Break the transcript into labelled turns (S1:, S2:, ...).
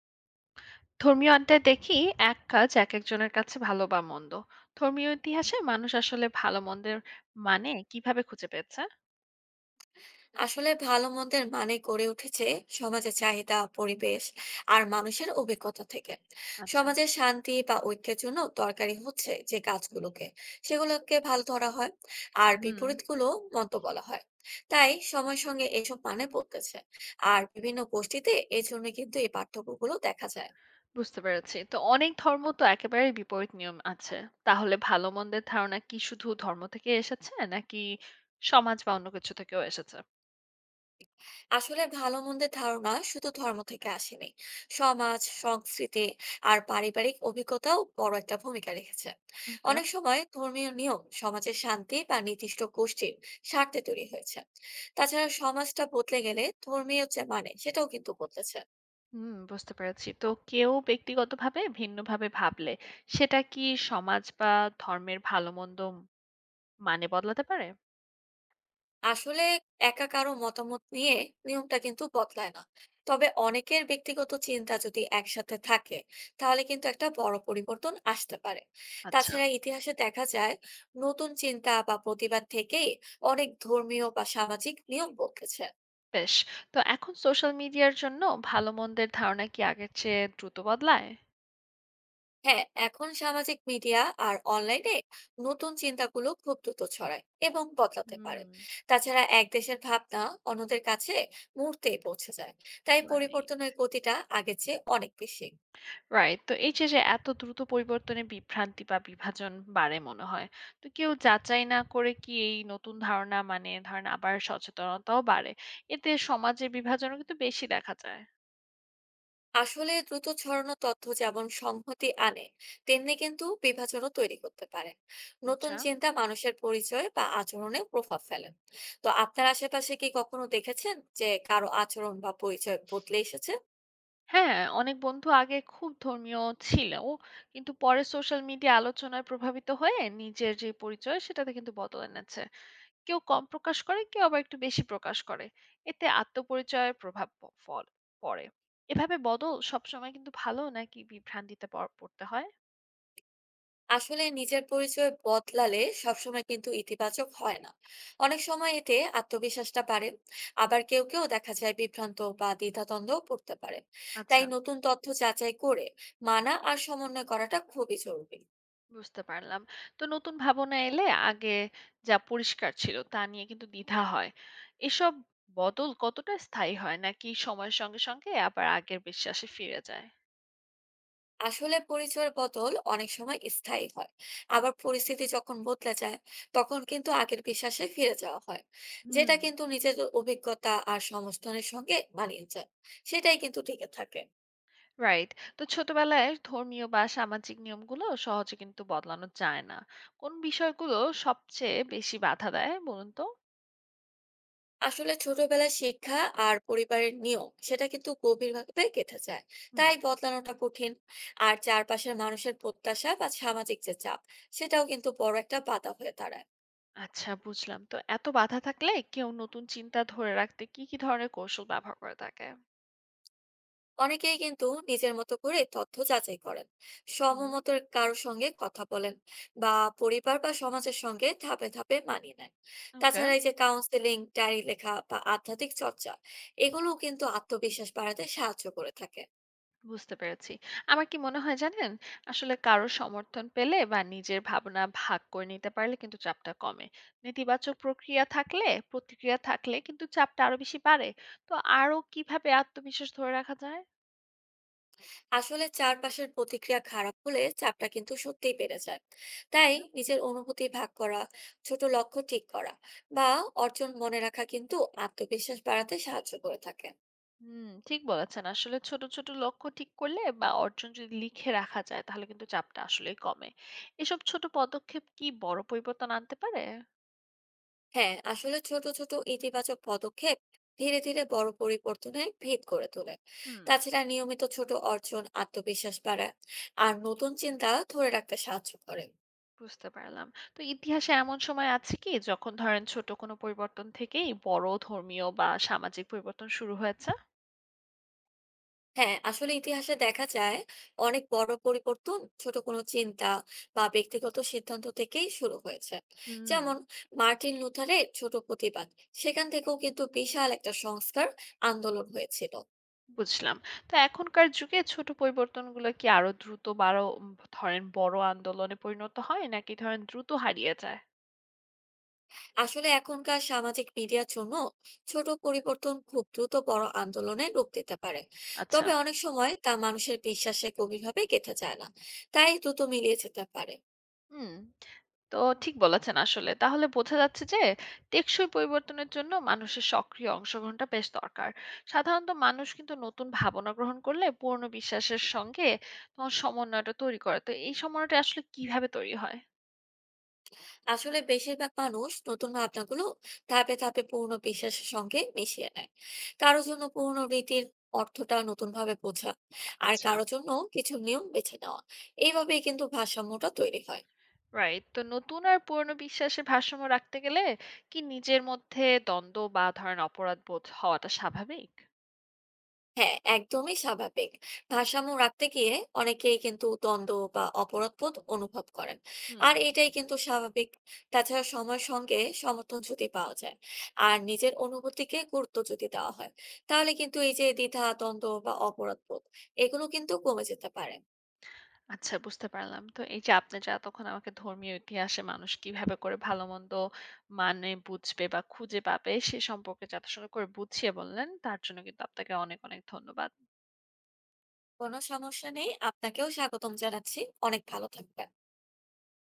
S1: ধর্মীয় আড্ডায় দেখি এক কাজ একজনের কাছে ভালো বা মন্দ। ধর্মীয় ইতিহাসে মানুষ আসলে ভালো মন্দের মানে কিভাবে খুঁজে পেয়েছে?
S2: আসলে ভালো মন্দের মানে গড়ে উঠেছে সমাজের চাহিদা, পরিবেশ আর মানুষের অভিজ্ঞতা থেকে।
S1: আচ্ছা।
S2: সমাজের শান্তি বা ঐক্যের জন্য দরকারি হচ্ছে যে কাজগুলোকে, সেগুলোকে ভালো ধরা হয়, আর
S1: হুম,
S2: বিপরীতগুলো মন্দ বলা হয়। তাই সময়ের সঙ্গে এসব মানে বদলেছে, আর বিভিন্ন গোষ্ঠীতে এই জন্য কিন্তু এই পার্থক্যগুলো দেখা যায়।
S1: বুঝতে পেরেছি। তো অনেক ধর্ম তো একেবারে বিপরীত নিয়ম আছে, তাহলে ভালো মন্দের ধারণা কি শুধু ধর্ম থেকে এসেছে নাকি সমাজ বা অন্য কিছু থেকেও এসেছে?
S2: আসলে ভালো মন্দের ধারণা শুধু ধর্ম থেকে আসেনি, সমাজ, সংস্কৃতি আর পারিবারিক অভিজ্ঞতাও বড় একটা ভূমিকা রেখেছে।
S1: ওকে।
S2: অনেক সময় ধর্মীয় নিয়ম সমাজের শান্তি বা নির্দিষ্ট গোষ্ঠীর স্বার্থে তৈরি হয়েছে। তাছাড়া সমাজটা বদলে গেলে ধর্মীয় যে মানে, সেটাও কিন্তু বদলেছে।
S1: হুম, বুঝতে পেরেছি। তো কেউ ব্যক্তিগতভাবে ভিন্নভাবে ভাবলে সেটা কি সমাজ বা ধর্মের ভালো মন্দ মানে বদলাতে পারে?
S2: আসলে একা কারো মতামত নিয়ে নিয়মটা কিন্তু বদলায় না। তবে অনেকের ব্যক্তিগত চিন্তা যদি একসাথে থাকে, তাহলে কিন্তু একটা বড় পরিবর্তন আসতে পারে।
S1: আচ্ছা।
S2: তাছাড়া ইতিহাসে দেখা যায়, নতুন চিন্তা বা প্রতিবাদ থেকেই অনেক ধর্মীয় বা সামাজিক নিয়ম বদলেছে।
S1: বেশ। তো এখন সোশ্যাল মিডিয়ার জন্য ভালো মন্দের ধারণা কি আগের চেয়ে দ্রুত বদলায়?
S2: হ্যাঁ, এখন সামাজিক মিডিয়া আর অনলাইনে নতুন চিন্তাগুলো খুব দ্রুত ছড়ায় এবং বদলাতে পারে।
S1: হুম,
S2: তাছাড়া এক দেশের ভাবনা অন্যদের কাছে মুহূর্তেই পৌঁছে যায়। তাই
S1: রাইট।
S2: পরিবর্তনের গতিটা আগের চেয়ে অনেক বেশি।
S1: রাইট। তো এই যে, যে এত দ্রুত পরিবর্তনে বিভ্রান্তি বা বিভাজন বাড়ে মনে হয়। তো কেউ যাচাই না করে কি এই নতুন ধারণা মানে ধরেন আবার সচেতনতাও বাড়ে। এতে সমাজে বিভাজনও কিন্তু বেশি দেখা যায়।
S2: আসলে দ্রুত ছড়ানো তথ্য যেমন সংহতি আনে, তেমনি কিন্তু বিভাজনও তৈরি করতে পারে। নতুন
S1: আচ্ছা।
S2: চিন্তা মানুষের পরিচয় বা আচরণে প্রভাব ফেলে। তো আপনার আশেপাশে কি কখনো দেখেছেন যে কারো আচরণ বা পরিচয় বদলে এসেছে?
S1: হ্যাঁ, অনেক বন্ধু আগে খুব ধর্মীয় ছিল। কিন্তু পরে সোশ্যাল মিডিয়া আলোচনায় প্রভাবিত হয়ে নিজের যে পরিচয় সেটাতে কিন্তু বদল এনেছে। কেউ কম প্রকাশ করে, কেউ আবার একটু বেশি প্রকাশ করে। এতে আত্মপরিচয়ের প্রভাব ফল পড়ে। এভাবে বদল সবসময় কিন্তু ভালো নাকি বিভ্রান্তিতে পড়তে হয়?
S2: আসলে নিজের পরিচয় বদলালে সবসময় কিন্তু ইতিবাচক হয় না। অনেক সময় এতে আত্মবিশ্বাসটা বাড়ে, আবার কেউ কেউ দেখা যায় বিভ্রান্ত বা দ্বিধাদ্বন্দ্ব পড়তে পারে।
S1: আচ্ছা,
S2: তাই নতুন তথ্য যাচাই করে মানা আর সমন্বয় করাটা খুবই জরুরি।
S1: বুঝতে পারলাম। তো নতুন ভাবনা এলে আগে যা পরিষ্কার ছিল তা নিয়ে কিন্তু দ্বিধা হয়। এসব বদল কতটা স্থায়ী হয় নাকি সময়ের সঙ্গে সঙ্গে আবার আগের বিশ্বাসে ফিরে যায়?
S2: আসলে পরিচয়ের বদল অনেক সময় স্থায়ী হয়। আবার পরিস্থিতি যখন বদলে যায়, তখন কিন্তু আগের বিশ্বাসে ফিরে যাওয়া হয়।
S1: হুম।
S2: যেটা কিন্তু নিজের অভিজ্ঞতা আর সংস্থানের সঙ্গে মানিয়ে যায়, সেটাই কিন্তু টিকে থাকে।
S1: রাইট। তো ছোটবেলায় ধর্মীয় বা সামাজিক নিয়মগুলো সহজে কিন্তু বদলানো যায় না। কোন বিষয়গুলো সবচেয়ে বেশি বাধা দেয় বলুন তো?
S2: আসলে ছোটবেলার শিক্ষা আর পরিবারের নিয়ম সেটা কিন্তু গভীরভাবে গেঁথে যায়,
S1: হুম।
S2: তাই বদলানোটা কঠিন। আর চারপাশের মানুষের প্রত্যাশা বা সামাজিক যে চাপ, সেটাও কিন্তু বড় একটা বাধা হয়ে দাঁড়ায়।
S1: আচ্ছা, বুঝলাম। তো এত বাধা থাকলে কেউ নতুন চিন্তা ধরে রাখতে কি, কি ধরনের কৌশল ব্যবহার করে থাকে?
S2: অনেকেই কিন্তু নিজের মতো করে তথ্য যাচাই করেন,
S1: হুম।
S2: সমমতের কারোর সঙ্গে কথা বলেন, বা পরিবার বা সমাজের সঙ্গে ধাপে ধাপে মানিয়ে নেন।
S1: ওকে।
S2: তাছাড়া এই যে কাউন্সেলিং, ডায়েরি লেখা বা আধ্যাত্মিক চর্চা, এগুলোও কিন্তু আত্মবিশ্বাস বাড়াতে সাহায্য করে থাকে।
S1: বুঝতে পেরেছি। আমার কি মনে হয় জানেন? আসলে কারো সমর্থন পেলে বা নিজের ভাবনা ভাগ করে নিতে পারলে কিন্তু চাপটা কমে। নেতিবাচক প্রক্রিয়া থাকলে প্রতিক্রিয়া থাকলে কিন্তু চাপটা আরো বেশি বাড়ে। তো আরো কিভাবে আত্মবিশ্বাস ধরে রাখা যায়?
S2: আসলে চারপাশের প্রতিক্রিয়া খারাপ হলে চাপটা কিন্তু সত্যিই বেড়ে যায়। তাই
S1: ওকে।
S2: নিজের অনুভূতি ভাগ করা, ছোট লক্ষ্য ঠিক করা, বা অর্জন মনে রাখা কিন্তু আত্মবিশ্বাস বাড়াতে সাহায্য করে থাকে।
S1: হুম, ঠিক বলেছেন। আসলে ছোট, ছোট লক্ষ্য ঠিক করলে বা অর্জন যদি লিখে রাখা যায় তাহলে কিন্তু চাপটা আসলেই কমে। এসব ছোট পদক্ষেপ কি বড় পরিবর্তন আনতে পারে?
S2: হ্যাঁ, আসলে ছোট ছোট ইতিবাচক পদক্ষেপ ধীরে ধীরে বড় পরিবর্তনের ভিত করে তোলে।
S1: হুম।
S2: তাছাড়া নিয়মিত ছোট অর্জন আত্মবিশ্বাস বাড়ায়, আর নতুন চিন্তা ধরে রাখতে সাহায্য করে।
S1: বুঝতে পারলাম। তো ইতিহাসে এমন সময় আছে কি যখন ধরেন ছোট কোনো পরিবর্তন থেকেই বড় ধর্মীয় বা সামাজিক পরিবর্তন শুরু হয়েছে?
S2: হ্যাঁ, আসলে ইতিহাসে দেখা যায়, অনেক বড় পরিবর্তন ছোট কোনো চিন্তা বা ব্যক্তিগত সিদ্ধান্ত থেকেই শুরু হয়েছে।
S1: হুম।
S2: যেমন মার্টিন লুথারের ছোট প্রতিবাদ, সেখান থেকেও কিন্তু বিশাল একটা সংস্কার আন্দোলন হয়েছিল।
S1: বুঝলাম। তো এখনকার যুগে ছোট পরিবর্তনগুলো কি আরো দ্রুত বারো ধরেন বড় আন্দোলনে পরিণত হয় নাকি ধরেন দ্রুত হারিয়ে যায়?
S2: আসলে এখনকার সামাজিক মিডিয়ার জন্য ছোট পরিবর্তন খুব দ্রুত বড় আন্দোলনে রূপ দিতে পারে।
S1: আচ্ছা।
S2: তবে অনেক সময় তা মানুষের বিশ্বাসে গভীরভাবে গেঁথে যায় না, তাই দ্রুত মিলিয়ে যেতে পারে।
S1: হুম। তো ঠিক বলেছেন আসলে। তাহলে বোঝা যাচ্ছে যে টেকসই পরিবর্তনের জন্য মানুষের সক্রিয় অংশগ্রহণটা বেশ দরকার। সাধারণত মানুষ কিন্তু নতুন ভাবনা গ্রহণ করলে পুরনো বিশ্বাসের সঙ্গে তোমার সমন্বয়টা তৈরি করে। তো এই সমন্বয়টা আসলে কিভাবে তৈরি হয়?
S2: আসলে বেশিরভাগ মানুষ নতুন ভাবনাগুলো ধাপে ধাপে পুরনো বিশ্বাসের সঙ্গে মিশিয়ে নেয়। কারো জন্য পুরনো রীতির অর্থটা নতুন ভাবে বোঝা, আর
S1: আচ্ছা।
S2: কারো জন্য কিছু নিয়ম বেছে নেওয়া, এইভাবেই কিন্তু ভারসাম্যটা তৈরি হয়।
S1: রাইট। তো নতুন আর পুরনো বিশ্বাসের ভারসাম্য রাখতে গেলে কি নিজের মধ্যে দ্বন্দ্ব বা ধরেন অপরাধ বোধ হওয়াটা স্বাভাবিক?
S2: হ্যাঁ, একদমই স্বাভাবিক। ভারসাম্য রাখতে গিয়ে অনেকেই কিন্তু দ্বন্দ্ব বা অপরাধবোধ অনুভব করেন।
S1: হুম।
S2: আর এটাই কিন্তু স্বাভাবিক। তাছাড়া সময়ের সঙ্গে সমর্থন যদি পাওয়া যায়, আর নিজের অনুভূতিকে গুরুত্ব যদি দেওয়া হয়, তাহলে কিন্তু এই যে দ্বিধা, দ্বন্দ্ব বা অপরাধবোধ, এগুলো কিন্তু কমে যেতে পারে।
S1: আচ্ছা, বুঝতে পারলাম। তো এই যে আপনি যা তখন আমাকে ধর্মীয় ইতিহাসে মানুষ কিভাবে করে ভালো-মন্দ মানে বুঝবে বা খুঁজে পাবে সে সম্পর্কে যথাসঙ্গ করে বুঝিয়ে বললেন, তার জন্য কিন্তু আপনাকে অনেক, অনেক ধন্যবাদ।
S2: কোনো সমস্যা নেই। আপনাকেও স্বাগতম জানাচ্ছি। অনেক ভালো থাকবেন।